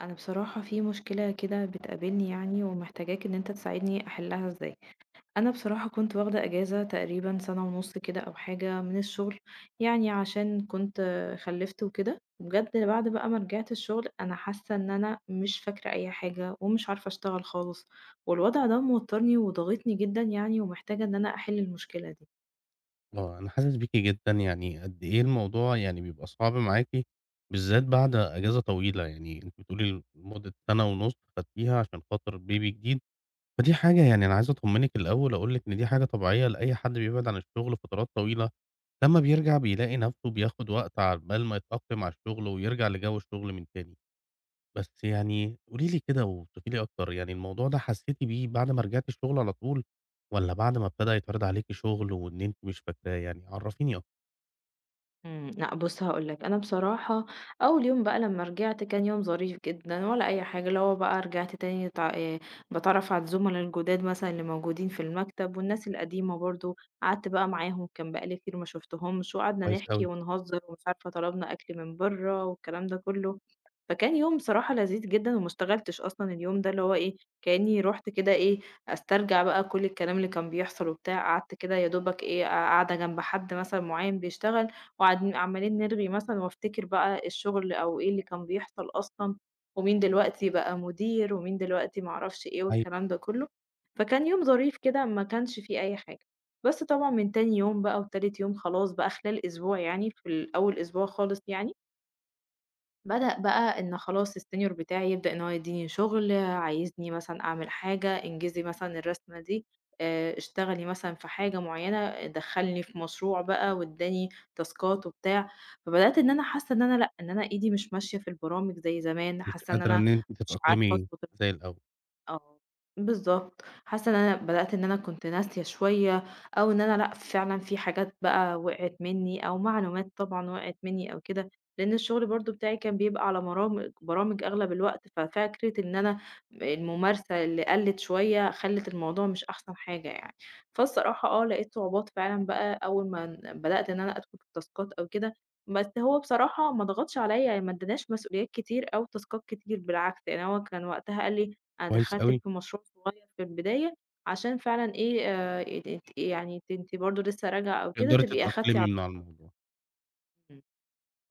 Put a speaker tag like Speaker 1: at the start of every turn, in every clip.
Speaker 1: انا بصراحة في مشكلة كده بتقابلني يعني ومحتاجاك ان انت تساعدني احلها ازاي. انا بصراحة كنت واخدة اجازة تقريبا سنة ونص كده او حاجة من الشغل. يعني عشان كنت خلفت وكده بجد، بعد بقى ما رجعت الشغل انا حاسة ان انا مش فاكرة اي حاجة ومش عارفة اشتغل خالص. والوضع ده موترني وضغطني جدا يعني، ومحتاجة ان انا احل المشكلة دي.
Speaker 2: آه، أنا حاسس بيكِ جدًا، يعني قد إيه الموضوع يعني بيبقى صعب معاكِ، بالذات بعد إجازة طويلة، يعني أنتِ بتقولي لمدة سَنة ونُص خدتيها عشان خاطر baby جديد، فدي حاجة يعني أنا عايز أطمنِك الأول أقول لِك إن دي حاجة طبيعية لأي حد بيبعد عن الشغل فترات طويلة، لمّا بيرجع بيلاقي نَفْسه بياخد وقت عقبال ما يتأقلم على الشغل ويرجع لجَو الشغل من تاني. بس يعني قولي لي كده ووصفي لي أكتر، يعني الموضوع ده حسّيتِ بيه بعد ما رجعتِ الشغل على طول والّا بعد ما ابتدى يتعرض عليكِ شغل وإن أنتِ مش فاكراه يعني؟ عرّفيني أكتر.
Speaker 1: لأ بُص هاقول لك، أنا بصراحة أول يوم بقى لمّا رجعت كان يوم ظريف جدًا ولا أي حاجة، اللي هو بقى رجعت تاني اتع باتعرّف على الزُملا الجداد مثلًا اللي موجودين في المكتب والناس القديمة برضه، قعدت بقى معاهم كان بقى لي كتير ما شُفتهمش، وقعدنا
Speaker 2: كويس
Speaker 1: نحكي
Speaker 2: أوي.
Speaker 1: ونهزر ومش عارفة طلبنا أكل من برّه والكلام ده كُلّه، فكان يوم بصراحة لذيذ جدًا وما اشتغلتش أصلًا اليوم ده، اللي هو إيه، كإنّي رُحت كده إيه، أسترجع بقى كل الكلام اللي كان بيحصل وبتاع، قعدت كده يا دوبك إيه، قاعدة جنب حد مثلًا معيّن بيشتغل وقعد عمالين نرغي مثلًا وافتكر بقى الشغل أو إيه اللي كان بيحصل أصلًا، ومين دلوقتي بقى مدير، ومين دلوقتي ما أعرفش إيه
Speaker 2: أيوه،
Speaker 1: والكلام ده كلّه، فكان يوم ظريف كده ما كانش فيه أي حاجة. بس طبعًا من تاني يوم بقى وتالت يوم خلاص بقى خلال أسبوع يعني في ال أول أسبوع خالص يعني بدأ بقى إن خلاص السينيور بتاعي يبدأ إن هو يديني شغل، عايزني مثلًا أعمل حاجة، انجزي مثلًا الرسمة دي، اشتغلي مثلًا في حاجة معيّنة، دخّلني في مشروع بقى وادّاني تاسكات وبتاع، فبدأت إن أنا حاسة إن أنا لأ، إن أنا إيدي مش ماشية في البرامج زي زمان،
Speaker 2: مش
Speaker 1: حاسة إن
Speaker 2: قادرة
Speaker 1: أنا
Speaker 2: إن أنتِ
Speaker 1: مش عارفة
Speaker 2: تتأقلمي
Speaker 1: أضبط
Speaker 2: زي
Speaker 1: الموضوع.
Speaker 2: الأول.
Speaker 1: آه، بالضبط، حاسة إن أنا بدأت إن أنا كنت ناسية شوية، أو إن أنا لأ فعلًا في حاجات بقى وقعت مني، أو معلومات طبعًا وقعت مني أو كده، لأن الشغل برضه بتاعي كان بيبقى على برامج برامج أغلب الوقت، ففكرة إن أنا الممارسة اللي قلت شوية خلِّت الموضوع مش أحسن حاجة يعني، فالصراحة آه، لقيت صعوبات فعلًا بقى أول ما بدأت إن أنا أدخل في تاسكات أو كده، بس هو بصراحة ما ضغطش عليَّ، يعني ما اداناش مسؤوليات كتير أو تاسكات كتير، بالعكس يعني هو كان وقتها قال لي
Speaker 2: كويس
Speaker 1: أدخّلِك
Speaker 2: أوي،
Speaker 1: في مشروع صغير في البداية عشان فعلًا إيه، ات ات يعني ت أنتِ برضه لسه راجعة أو كده
Speaker 2: تقدري
Speaker 1: تبقي أخدتِ
Speaker 2: تتأقلمي
Speaker 1: على
Speaker 2: من على
Speaker 1: الوضع.
Speaker 2: الموضوع.
Speaker 1: إمم.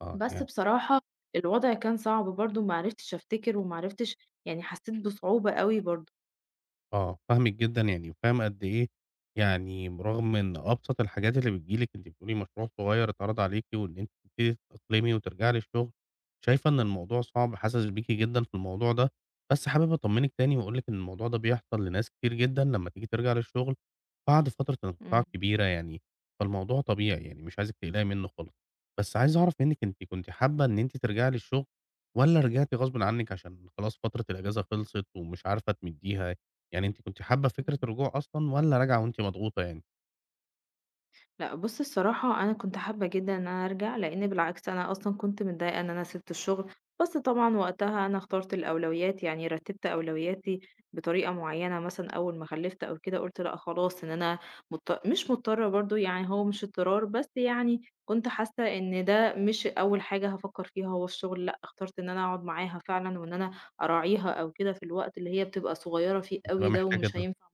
Speaker 2: آه،
Speaker 1: بس
Speaker 2: يعني
Speaker 1: بصراحة الوضع كان صعب برضه، ما عرفتش أفتكر وما عرفتش يعني حسّيت بصعوبة أوي برضه.
Speaker 2: آه، فاهمِك جدًا يعني وفاهم قد إيه يعني برغم إن أبسط الحاجات اللي بتيجي لِك أنتِ بتقولي مشروع صغير اتعرض عليكِ وإن أنتِ تبتدي تتأقلمي وترجعي للشغل، شايفة إن الموضوع صعب، حاسس بيكِ جدًا في الموضوع ده، بس حابب أطمنِك تاني وأقول لِك إن الموضوع ده بيحصل لناس كتير جدًا لمّا تيجي ترجع للشغل بعد فترة انقطاع
Speaker 1: إمم.
Speaker 2: كبيرة يعني، فالموضوع طبيعي يعني مش عايزِك تقلقي منه خالص. بس عايز أعرف منِك أنتِ كنتِ حابة إن أنتِ ترجعي للشغل والّا رجعتِ غصبٍ عنِك عشان خلاص فترة الأجازة خلصت ومش عارفة تمدّيها؟ يعني أنتِ كنتِ حابة فكرة الرجوع أصلًا والّا راجعة وأنتِ مضغوطة يعني؟
Speaker 1: لأ بُص الصراحة أنا كنت حابة جدًا إن أنا أرجع، لإن بالعكس أنا أصلًا كنت متضايقة إن أنا سِبت الشغل، بس طبعًا وقتها أنا اخترت الأولويات، يعني رتّبت أولوياتي بطريقة معيّنة مثلًا أول ما خلّفت أو كده قُلت لأ خلاص إن أنا مش مضطرة برضه يعني هو مش اضطرار، بس يعني كنت حاسة إن ده مش أول حاجة هافكّر فيها هو الشغل، لأ اخترت إن أنا أقعد معاها فعلًا وإن أنا أراعيها أو كده في الوقت اللي هي بتبقى صغيّرة فيه أوي
Speaker 2: بتبقى
Speaker 1: ده
Speaker 2: محتاجة
Speaker 1: ومش
Speaker 2: ده،
Speaker 1: هينفع.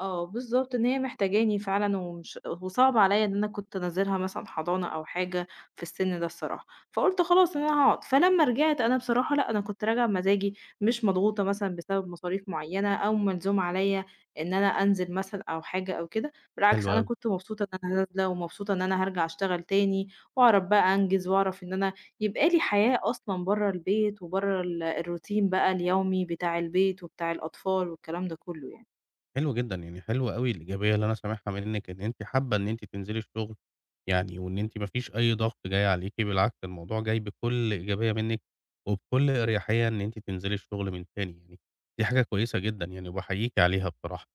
Speaker 1: آه، بالضبط، إن هي محتاجاني فعلًا ومش وصعب عليّا إن أنا كنت أنزّلها مثلًا حضانة أو حاجة في السن ده الصراحة، فقُلت خلاص إن أنا هاقعد، فلمّا رجعت أنا بصراحة لأ، أنا كنت راجعة بمزاجي، مش مضغوطة مثلًا بسبب مصاريف معيّنة أو ملزوم عليّا إن أنا أنزل مثلًا أو حاجة أو كده، بالعكس
Speaker 2: حلو
Speaker 1: أنا
Speaker 2: أوي.
Speaker 1: كنت مبسوطة إن أنا نازلة ومبسوطة إن أنا هارجع أشتغل تاني وأعرف بقى أنجز وأعرف إن أنا يبقى لي حياة أصلًا برّه البيت وبرّه الروتين بقى اليومي بتاع البيت وبتاع الأطفال والكلام ده كُلّه يعني.
Speaker 2: حلو جدًا، يعني حلو أوي الإيجابية اللي أنا سامعها منِّك إن أنتِ حابة إن أنتِ تنزلي الشغل، يعني وإن أنتِ ما فيش أي ضغط جاي عليكِ، بالعكس الموضوع جاي بكل إيجابية منِّك، وبكل أريحية إن أنتِ تنزلي الشغل من تاني يعني، دي حاجة كويسة جدًا يعني وباحييكِ عليها بصراحة.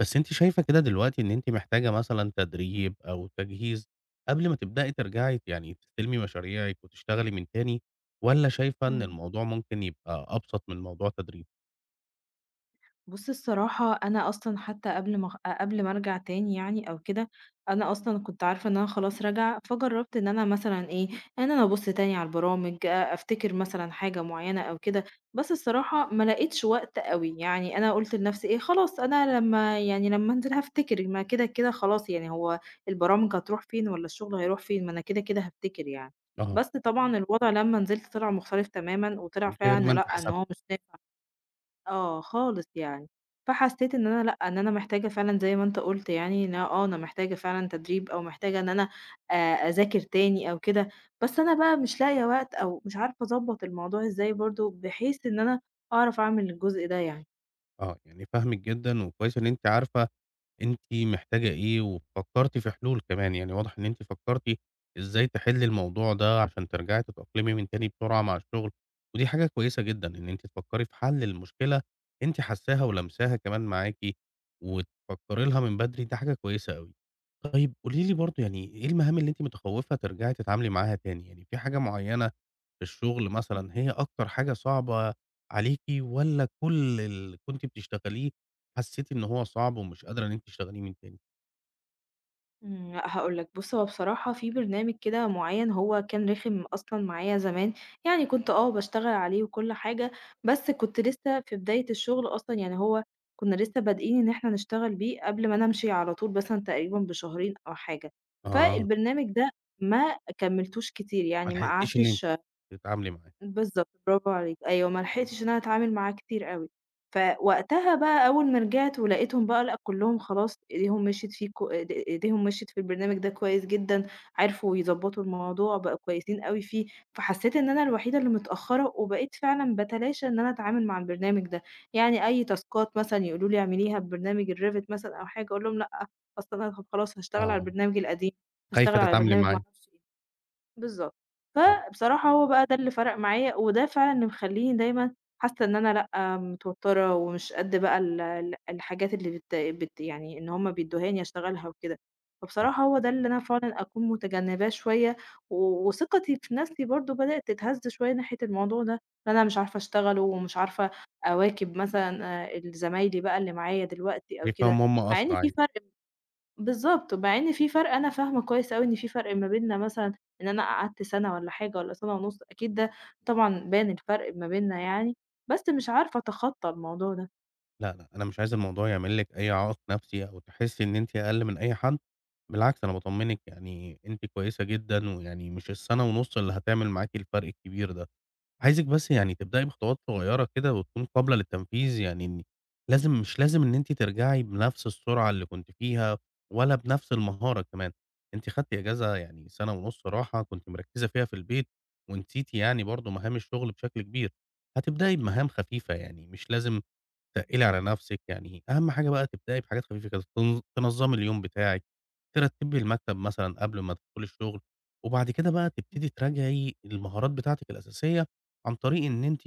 Speaker 2: بس أنتِ شايفة كده دلوقتي إن أنتِ محتاجة مثلًا تدريب أو تجهيز قبل ما تبدئي ترجعي يعني تستلمي مشاريعِك وتشتغلي من تاني، والّا شايفة إن
Speaker 1: إمم.
Speaker 2: الموضوع ممكن يبقى أبسط من موضوع تدريب؟
Speaker 1: بُص الصراحة أنا أصلًا حتى قبل ما قبل ما أرجع تاني يعني أو كده، أنا أصلًا كنت عارفة إن أنا خلاص راجعة، فجرّبت إن أنا مثلًا إيه، إن أنا أبُص تاني على البرامج، أفتكر مثلًا حاجة معيّنة أو كده، بس الصراحة ما لقيتش وقت أوي، يعني أنا قُلت لنفسي إيه، خلاص أنا لمّا يعني لمّا أنزل هافتكر، ما كده، كده خلاص يعني هو البرامج هتروح فين والّا الشغل هيروح فين، ما أنا كده، كده هافتكر يعني.
Speaker 2: آه،
Speaker 1: بس طبعًا الوضع لمّا نزلت طلع مختلف تمامًا، وطلع
Speaker 2: غير
Speaker 1: فعلًا
Speaker 2: ما
Speaker 1: إن
Speaker 2: أنتِ
Speaker 1: لأ، إن
Speaker 2: حسبتِ.
Speaker 1: هو مش نافع. آه، خالص يعني. فحسّيت إن أنا لأ، إن أنا محتاجة فعلًا زي ما أنت قُلت يعني إن أنا- آه، أنا محتاجة فعلًا تدريب أو محتاجة إن أنا آآ أذاكر تاني أو كده، بس أنا بقى مش لاقية وقت أو مش عارفة أضبّط الموضوع إزاي برضه بحيث إن أنا أعرف أعمل الجزء ده يعني.
Speaker 2: آه، يعني فاهمِك جدًا، وكويس إن أنتِ عارفة أنتِ محتاجة إيه، وفكّرتِ في حلول كمان، يعني واضح إن أنتِ فكّرتِ إزاي تحلّي الموضوع ده عشان ترجعي تتأقلمي من تاني بسرعة مع الشغل، ودي حاجة كويسة جدًا إن أنتِ تفكّري في حل المشكلة أنتِ حاسّاها ولامساها كمان معاكِ، وتفكّري لها من بدري دي حاجة كويسة أوي. طيب قولي لي برضه يعني إيه المهام اللي أنتِ متخوّفة ترجعي تتعاملي معاها تاني، يعني في حاجة معيّنة الشغل
Speaker 1: إمم.
Speaker 2: مثلًا هي أكتر حاجة صعبة عليكِ والّا كل اللي كنتِ بتشتغليه حسيتِ إن هو صعب ومش قادرة إن أنتِ تشتغليه من تاني؟
Speaker 1: لأ هاقول لك، بُص هو بصراحة في برنامج كده معيّن هو كان رخم أصلًا معايا زمان، يعني كنت آه باشتغل عليه وكل حاجة، بس كنت لسه في بداية الشغل أصلًا، يعني هو كنا لسه بادئين إن إحنا نشتغل بيه قبل ما أنا أمشي على طول مثلًا تقريبًا بشهرين أو حاجة،
Speaker 2: آه،
Speaker 1: فالبرنامج ده ما كمّلتوش كتير،
Speaker 2: ما
Speaker 1: يعني ما
Speaker 2: لحقتيش إن أنتِ
Speaker 1: قعدتش
Speaker 2: تتعاملي معاه،
Speaker 1: بالضبط، برافو عليكِ، أيوه، ما لحقتش إن أنا أتعامل معاه كتير أوي، فوقتها بقى أول ما رجعت ولقيتهم بقى لأ كلّهم خلاص إيديهم مشيت فيه كو إيد إيديهم مشيت في البرنامج ده كويس جدًا، عرفوا يضبّطوا الموضوع، بقوا كويسين أوي فيه، فحسيت إن أنا الوحيدة اللي متأخّرة، وبقيت فعلًا باتلاشى إن أنا أتعامل مع البرنامج ده، يعني أي تاسكات مثلًا يقولوا لي اعمليها ببرنامج الRevit مثلًا أو حاجة أقول لهم لأ، أصل أنا خلاص هاشتغل على
Speaker 2: آه،
Speaker 1: البرنامج القديم،
Speaker 2: خايفة
Speaker 1: هاشتغل على
Speaker 2: تتعاملي
Speaker 1: برنامج ما
Speaker 2: معاه،
Speaker 1: أعرفش بالضبط.
Speaker 2: آه،
Speaker 1: فبصراحة هو بقى ده اللي فرَق معايا، وده فعلًا اللي مخلّيني دايمًا حاسة إن أنا لأ، متوتّرة ومش قد بقى ال الحاجات اللي بت بت يعني إن هم بيدّوهاني أشتغلها وكده.
Speaker 2: آه،
Speaker 1: فبصراحة هو ده اللي أنا فعلًا أكون متجنّباه شوية، وثقتي في نَفْسي برضه بدأت تتهز شوية ناحية الموضوع ده، إن أنا مش عارفة أشتغله ومش عارفة أواكب مثلًا ال زمايلي بقى اللي معايا دلوقتي أو كده،
Speaker 2: شايفاهم هم
Speaker 1: مع إن
Speaker 2: أسرع
Speaker 1: في
Speaker 2: يعني،
Speaker 1: فرْق بالضبط، مع إن في فرق أنا فاهمة كويس أوي إن في فرق ما بيننا مثلًا إن أنا قعدت سَنة والّا حاجة والّا سَنة ونُص، أكيد ده طبعًا بان الفرق ما بيننا يعني، بس مش عارفة أتخطّى الموضوع ده.
Speaker 2: لا، لأ، أنا مش عايز الموضوع يعمل لِك أي عائق نفسي أو تحسي إن أنتِ أقل من أي حد، بالعكس أنا باطمنِك يعني أنتِ كويسة جدًا، ويعني مش السنة ونُص اللي هتعمل معاكِ الفرق الكبير ده. عايزِك بس يعني تبدئي بخطوات صغيّرة كده وتكون قابلة للتنفيذ، يعني إن لازم مش لازم إن أنتِ ترجعي بنفس السرعة اللي كنتِ فيها ولا بنفس المهارة كمان، أنتِ خدتِ إجازة يعني سَنة ونُص راحة كنتِ مركّزة فيها في البيت ونسيتِ يعني برضه مهام الشغل بشكل كبير، هتبدئي بمهام خفيفة يعني مش لازم تقِّلي على نَفْسِك، يعني أهم حاجة بقى تبدئي بحاجات خفيفة كده، تنظّمي اليوم بتاعِك، ترتّبي المكتب مثلًا قبل ما تدخُلي الشغل، وبعد كده بقى
Speaker 1: إمم.
Speaker 2: تبتدي تراجعي المهارات بتاعتِك الأساسية عن طريق إن أنتِ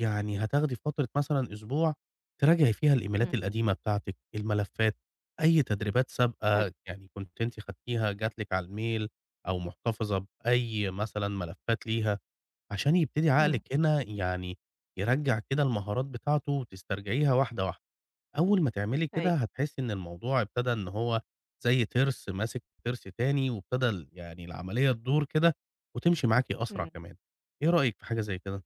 Speaker 2: يعني هتاخدي فترة مثلًا أسبوع تراجعي فيها
Speaker 1: إمم.
Speaker 2: الإيميلات القديمة بتاعتِك، الملفات، أي تدريبات
Speaker 1: حلو.
Speaker 2: سابقة يعني كنتِ أنتِ خدتيها جات لِك على الmail أو مُحتفظة بأي مثلًا ملفات ليها. عشان يبتدي
Speaker 1: إمم.
Speaker 2: عقلِك هنا يعني يرجّع كده المهارات بتاعته وتسترجعيها واحدة، واحدة. أول ما تعملي كده
Speaker 1: أيوه.
Speaker 2: هتحسّي إن الموضوع ابتدى إن هو زي تِرْس ماسك تِرْس تاني وابتدى يعني العملية تدور كده وتمشي معاكِ
Speaker 1: إمم.
Speaker 2: أسرع
Speaker 1: إمم.
Speaker 2: كمان. إيه رأيِك في حاجة زي كده؟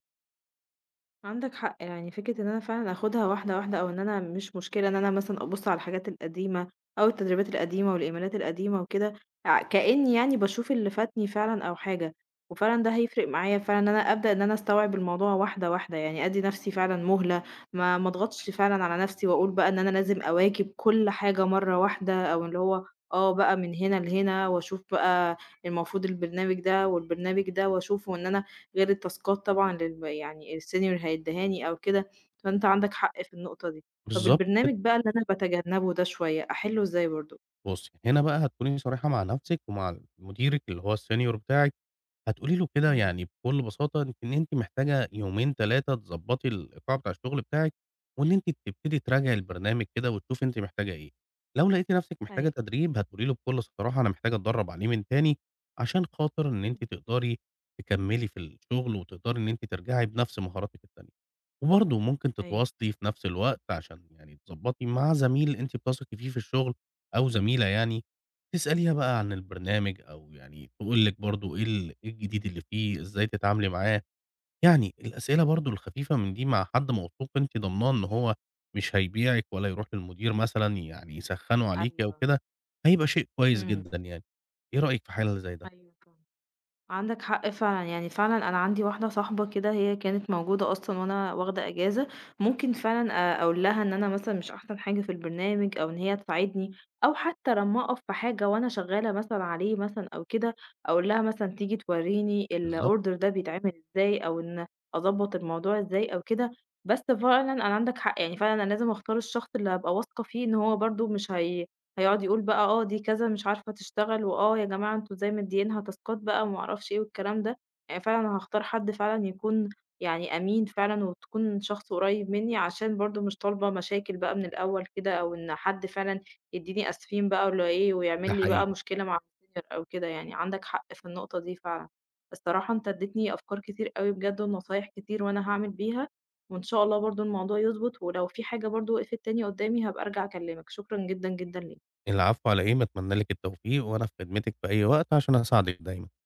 Speaker 1: عندك حق يعني فكرة ان انا فعلا اخدها واحدة واحدة، او ان انا مش مشكلة ان انا مثلا ابص على الحاجات القديمة او التدريبات القديمة والايميلات القديمة وكده، كأني يعني بشوف اللي فاتني فعلا او حاجة. وفعلا ده هيفرق معايا فعلا ان انا ابدأ ان انا استوعب الموضوع واحدة واحدة، يعني ادي نفسي فعلا مهلة، ما اضغطش فعلا على نفسي واقول بقى ان انا لازم اواكب كل حاجة مرة واحدة، او اللي هو اه بقى من هنا لهنا واشوف بقى المفروض البرنامج ده والبرنامج ده واشوفه ان انا غير التاسكات طبعًا يعني الsenior هيدّيهاني أو كده، فأنت عندك حق في النقطة دي. طب
Speaker 2: بالضبط كده.
Speaker 1: البرنامج بقى اللي أنا باتجنبه ده شوية، أحلّه إزاي برضه؟
Speaker 2: بُصّي، هنا بقى هتكوني صريحة مع نَفْسِك ومع مديرِك اللي هو الsenior بتاعِك هتقولي له كده
Speaker 1: إمم.
Speaker 2: يعني بكل بساطة إنِك إن أنتِ محتاجة يومين 3 تضبّطي الإيقاع بتاع الشغل بتاعِك، وإن أنتِ تبتدي تراجعي البرنامج كده وتشوفي أنتِ محتاجة إيه. لو لقيتِ نفسِك محتاجة
Speaker 1: أيوه،
Speaker 2: تدريب هتقولي له بكل صراحة أنا محتاجة أتدرّب عليه من تاني، عشان خاطر إن أنتِ تقدري تكمّلي في الشغل وتقدري إن أنتِ ترجعي بنفس مهاراتِك التانية. وبرضه ممكن
Speaker 1: أيوه،
Speaker 2: تتواصلي في نفس الوقت عشان يعني تضبّطي مع زميل أنتِ بتثقي فيه في الشغل أو زميلة يعني، تسأليها بقى عن البرنامج أو يعني تقول لِك برضه إيه إيه الجديد اللي فيه، إزاي تتعاملي معاه، يعني الأسئلة برضه الخفيفة من دي مع حد موثوق أنتِ ضامناه إن هو مش هيبيعِك ولا يروح للمدير مثلًا يعني يسخّنوا عليكِ أو
Speaker 1: أيوه.
Speaker 2: كده، هيبقى شيء كويس
Speaker 1: إمم.
Speaker 2: جدًا يعني. إيه رأيِك في حل زي ده؟
Speaker 1: أيوه فاهمة. عندك حق فعلًا، يعني فعلًا أنا عندي واحدة صاحبة كده هي كانت موجودة أصلًا وأنا واخدة إجازة، ممكن فعلًا أقول لها إن أنا مثلًا مش أحسن حاجة في البرنامج أو إن هي تساعدني، أو حتى لمّا أقف في حاجة وأنا شغالة مثلًا عليه مثلًا أو كده، أقول لها مثلًا تيجي توريني
Speaker 2: بالضبط،
Speaker 1: الorder ده بيتعمل إزاي، أو إن أضبّط الموضوع إزاي أو كده، بس فعلًا أنا عندك حق، يعني فعلًا أنا لازم أختار الشخص اللي هابقى واثقة فيه إن هو برضه مش هي هيقعد يقول بقى آه دي كذا مش عارفة تشتغل، وآه يا جماعة أنتم إزاي مدّيينها تاسكات بقى وما أعرفش إيه والكلام ده، يعني فعلًا أنا هاختار حد فعلًا يكون يعني أمين فعلًا وتكون شخص قريب منّي، عشان برضه مش طالبة مشاكل بقى من الأول كده، أو إن حد فعلًا يدّيني آسفين بقى والّا إيه،
Speaker 2: ده
Speaker 1: ويعمل لي بقى
Speaker 2: حقيقي.
Speaker 1: مشكلة مع الsenior أو كده يعني، عندك حق في النقطة دي فعلًا. الصراحة أنت ادّيتني أفكار كتير أوي بجد ونصايح كتير وأنا هاعمل بيها، وإن شاء الله برضه الموضوع يضبط، ولو في حاجة برضه وقفت تاني قدّامي هابقى أرجع أكلمك، شكرًا جدًا، جدًا ليك.
Speaker 2: العفو على إيه، أنا أتمنى لِك التوفيق وأنا في خدمتِك في أي وقت عشان أساعدِك دايمًا.